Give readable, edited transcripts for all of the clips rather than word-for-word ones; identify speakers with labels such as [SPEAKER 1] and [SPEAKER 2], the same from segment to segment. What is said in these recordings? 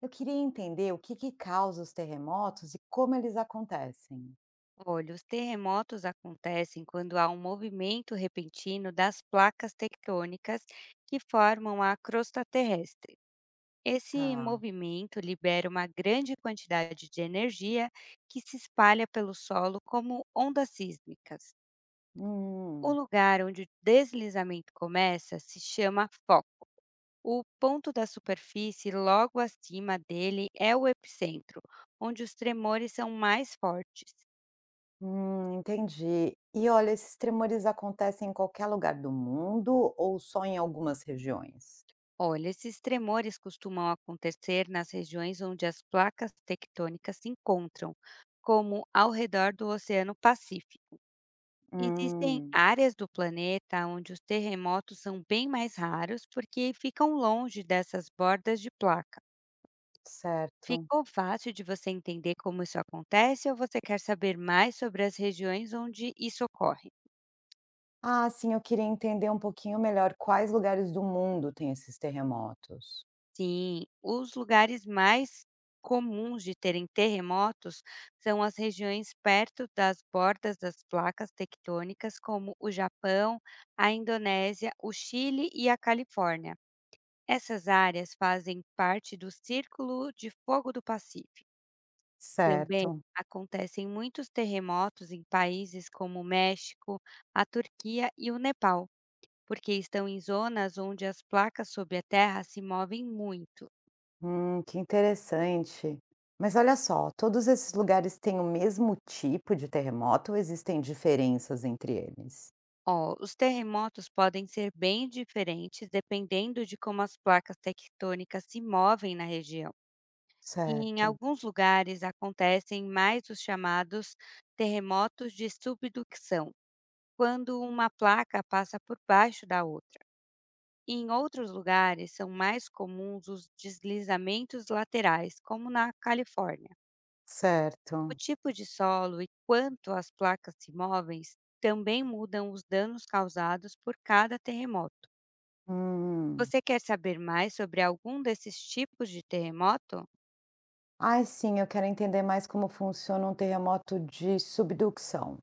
[SPEAKER 1] Eu queria entender o que que causa os terremotos e como eles acontecem.
[SPEAKER 2] Olha, os terremotos acontecem quando há um movimento repentino das placas tectônicas que formam a crosta terrestre. Esse
[SPEAKER 1] Tá.
[SPEAKER 2] movimento libera uma grande quantidade de energia que se espalha pelo solo como ondas sísmicas. O
[SPEAKER 1] Hum,
[SPEAKER 2] lugar onde o deslizamento começa se chama foco. O ponto da superfície logo acima dele é o epicentro, onde os tremores são mais fortes.
[SPEAKER 1] entendi. E olha, esses tremores acontecem em qualquer lugar do mundo ou só em algumas regiões?
[SPEAKER 2] Olha, esses tremores costumam acontecer nas regiões onde as placas tectônicas se encontram, como ao redor do Oceano Pacífico. Existem
[SPEAKER 1] Hum,
[SPEAKER 2] áreas do planeta onde os terremotos são bem mais raros porque ficam longe dessas bordas de placa.
[SPEAKER 1] certo.
[SPEAKER 2] Ficou fácil de você entender como isso acontece ou você quer saber mais sobre as regiões onde isso ocorre?
[SPEAKER 1] Ah, sim, eu queria entender um pouquinho melhor quais lugares do mundo têm esses terremotos.
[SPEAKER 2] Sim, os lugares mais comuns de terem terremotos são as regiões perto das bordas das placas tectônicas, como o Japão, a Indonésia, o Chile e a Califórnia. Essas áreas fazem parte do Círculo de Fogo do Pacífico. Também
[SPEAKER 1] Certo.
[SPEAKER 2] acontecem muitos terremotos em países como o México, a Turquia e o Nepal, porque estão em zonas onde as placas sob a terra se movem muito.
[SPEAKER 1] Que interessante. Mas olha só, todos esses lugares têm o mesmo tipo de terremoto ou existem diferenças entre eles?
[SPEAKER 2] Ó, os terremotos podem ser bem diferentes dependendo de como as placas tectônicas se movem na região. E em
[SPEAKER 1] Certo,
[SPEAKER 2] alguns lugares acontecem mais os chamados terremotos de subducção, quando uma placa passa por baixo da outra. E em outros lugares são mais comuns os deslizamentos laterais, como na Califórnia. O
[SPEAKER 1] certo.
[SPEAKER 2] tipo de solo e quanto as placas se movem também mudam os danos causados por cada terremoto.
[SPEAKER 1] Hum.
[SPEAKER 2] Você quer saber mais sobre algum desses tipos de terremoto?
[SPEAKER 1] Ai, sim, eu quero entender mais como funciona um terremoto de subducção.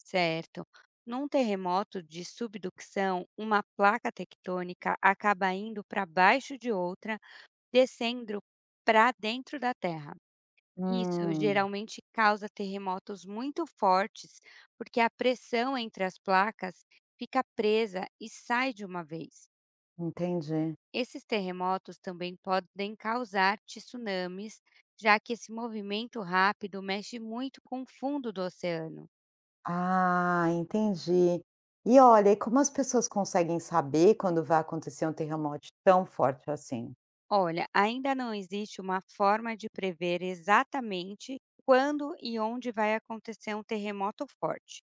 [SPEAKER 2] Certo. Num terremoto de subducção, uma placa tectônica acaba indo para baixo de outra, descendo para dentro da Terra. Isso
[SPEAKER 1] Hum,
[SPEAKER 2] geralmente causa terremotos muito fortes, porque a pressão entre as placas fica presa e sai de uma vez.
[SPEAKER 1] entendi.
[SPEAKER 2] Esses terremotos também podem causar tsunamis, já que esse movimento rápido mexe muito com o fundo do oceano.
[SPEAKER 1] Ah, entendi. E olha, e como as pessoas conseguem saber quando vai acontecer um terremoto tão forte assim?
[SPEAKER 2] Olha, ainda não existe uma forma de prever exatamente quando e onde vai acontecer um terremoto forte.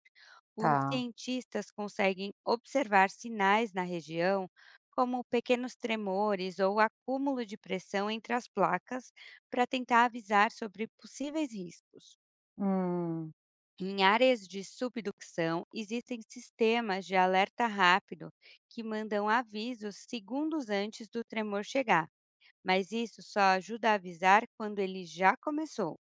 [SPEAKER 2] Os
[SPEAKER 1] Tá.
[SPEAKER 2] cientistas conseguem observar sinais na região, como pequenos tremores ou acúmulo de pressão entre as placas, para tentar avisar sobre possíveis riscos.
[SPEAKER 1] Hum.
[SPEAKER 2] Em áreas de subdução, existem sistemas de alerta rápido que mandam avisos segundos antes do tremor chegar, mas isso só ajuda a avisar quando ele já começou.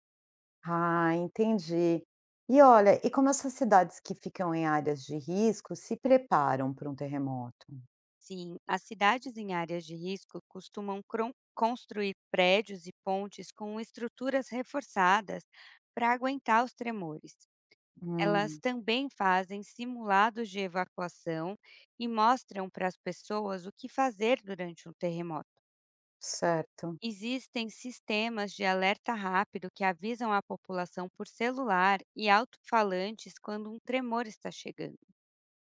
[SPEAKER 1] Ah, entendi. E olha, e como essas cidades que ficam em áreas de risco se preparam para um terremoto?
[SPEAKER 2] Sim, as cidades em áreas de risco costumam construir prédios e pontes com estruturas reforçadas para aguentar os tremores. Elas
[SPEAKER 1] Hum,
[SPEAKER 2] também fazem simulados de evacuação e mostram para as pessoas o que fazer durante um terremoto.
[SPEAKER 1] certo.
[SPEAKER 2] Existem sistemas de alerta rápido que avisam a população por celular e alto-falantes quando um tremor está chegando.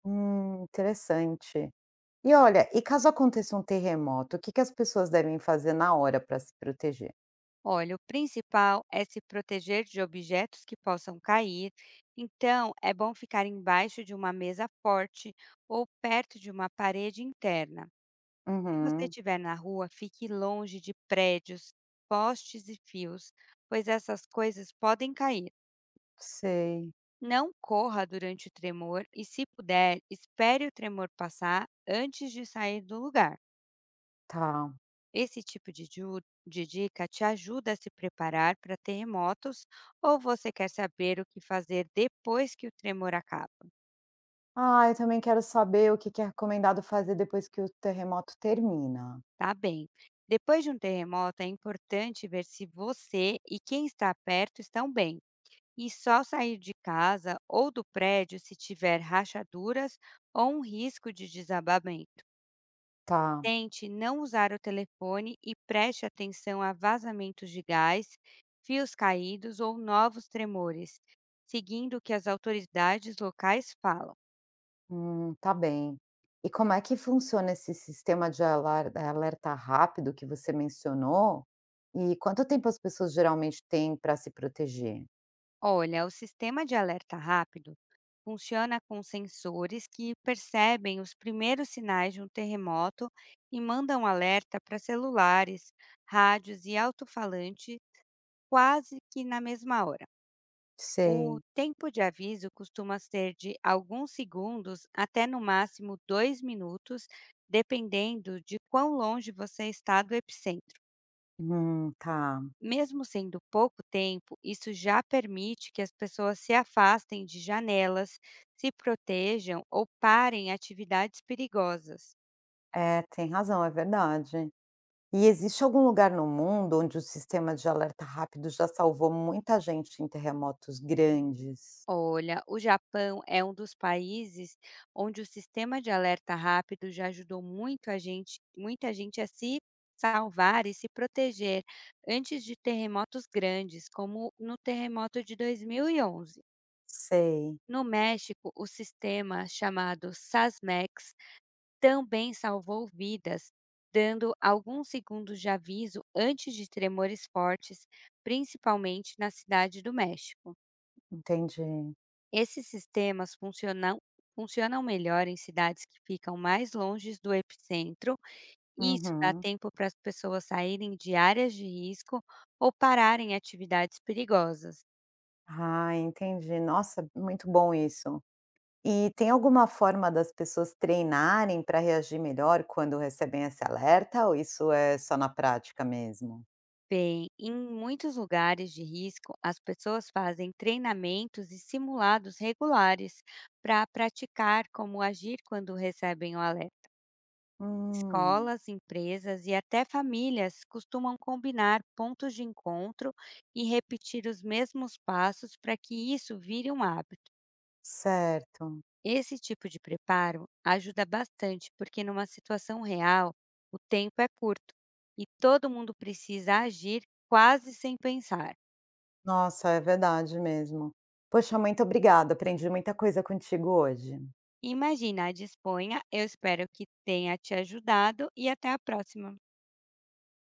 [SPEAKER 1] Interessante. E olha, e caso aconteça um terremoto, o que que as pessoas devem fazer na hora para se proteger?
[SPEAKER 2] Olha, o principal é se proteger de objetos que possam cair, então é bom ficar embaixo de uma mesa forte ou perto de uma parede interna. Se você
[SPEAKER 1] Uhum,
[SPEAKER 2] estiver na rua, fique longe de prédios, postes e fios, pois essas coisas podem cair.
[SPEAKER 1] sei.
[SPEAKER 2] Não corra durante o tremor e, se puder, espere o tremor passar antes de sair do lugar.
[SPEAKER 1] Tá.
[SPEAKER 2] Esse tipo de, ju- de dica te ajuda a se preparar para terremotos ou você quer saber o que fazer depois que o tremor acaba?
[SPEAKER 1] Ah, eu também quero saber o que que é recomendado fazer depois que o terremoto termina.
[SPEAKER 2] Tá bem. Depois de um terremoto, é importante ver se você e quem está perto estão bem. E só sair de casa ou do prédio se tiver rachaduras ou um risco de desabamento.
[SPEAKER 1] Tá.
[SPEAKER 2] Tente não usar o telefone e preste atenção a vazamentos de gás, fios caídos ou novos tremores, seguindo o que as autoridades locais falam.
[SPEAKER 1] Tá bem. E como é que funciona esse sistema de alerta rápido que você mencionou? E quanto tempo as pessoas geralmente têm para se proteger?
[SPEAKER 2] Olha, o sistema de alerta rápido funciona com sensores que percebem os primeiros sinais de um terremoto e mandam alerta para celulares, rádios e alto-falante quase que na mesma hora. O
[SPEAKER 1] Sei.
[SPEAKER 2] tempo de aviso costuma ser de alguns segundos até no máximo dois minutos, dependendo de quão longe você está do epicentro.
[SPEAKER 1] Tá.
[SPEAKER 2] Mesmo sendo pouco tempo, isso já permite que as pessoas se afastem de janelas, se protejam ou parem atividades perigosas.
[SPEAKER 1] É, tem razão, é verdade. E existe algum lugar no mundo onde o sistema de alerta rápido já salvou muita gente em terremotos grandes?
[SPEAKER 2] Olha, o Japão é um dos países onde o sistema de alerta rápido já ajudou muita gente a se salvar e se proteger antes de terremotos grandes, como no terremoto de 2011.
[SPEAKER 1] Sei,
[SPEAKER 2] No México, o sistema chamado SASMEX também salvou vidas, dando alguns segundos de aviso antes de tremores fortes, principalmente na cidade do México.
[SPEAKER 1] entendi.
[SPEAKER 2] Esses sistemas funcionam melhor em cidades que ficam mais longe do epicentro, e isso dá
[SPEAKER 1] Uhum.
[SPEAKER 2] tempo para as pessoas saírem de áreas de risco ou pararem atividades perigosas.
[SPEAKER 1] Ah, entendi. Nossa, muito bom isso. E tem alguma forma das pessoas treinarem para reagir melhor quando recebem esse alerta, ou isso é só na prática mesmo?
[SPEAKER 2] Bem, em muitos lugares de risco, as pessoas fazem treinamentos e simulados regulares para praticar como agir quando recebem o alerta.
[SPEAKER 1] Hum,
[SPEAKER 2] Escolas, empresas e até famílias costumam combinar pontos de encontro e repetir os mesmos passos para que isso vire um hábito.
[SPEAKER 1] certo.
[SPEAKER 2] Esse tipo de preparo ajuda bastante, porque numa situação real, o tempo é curto e todo mundo precisa agir quase sem pensar.
[SPEAKER 1] Nossa, é verdade mesmo. Poxa, muito obrigada, aprendi muita coisa contigo hoje.
[SPEAKER 2] Imagina, disponha, eu espero que tenha te ajudado e até a próxima.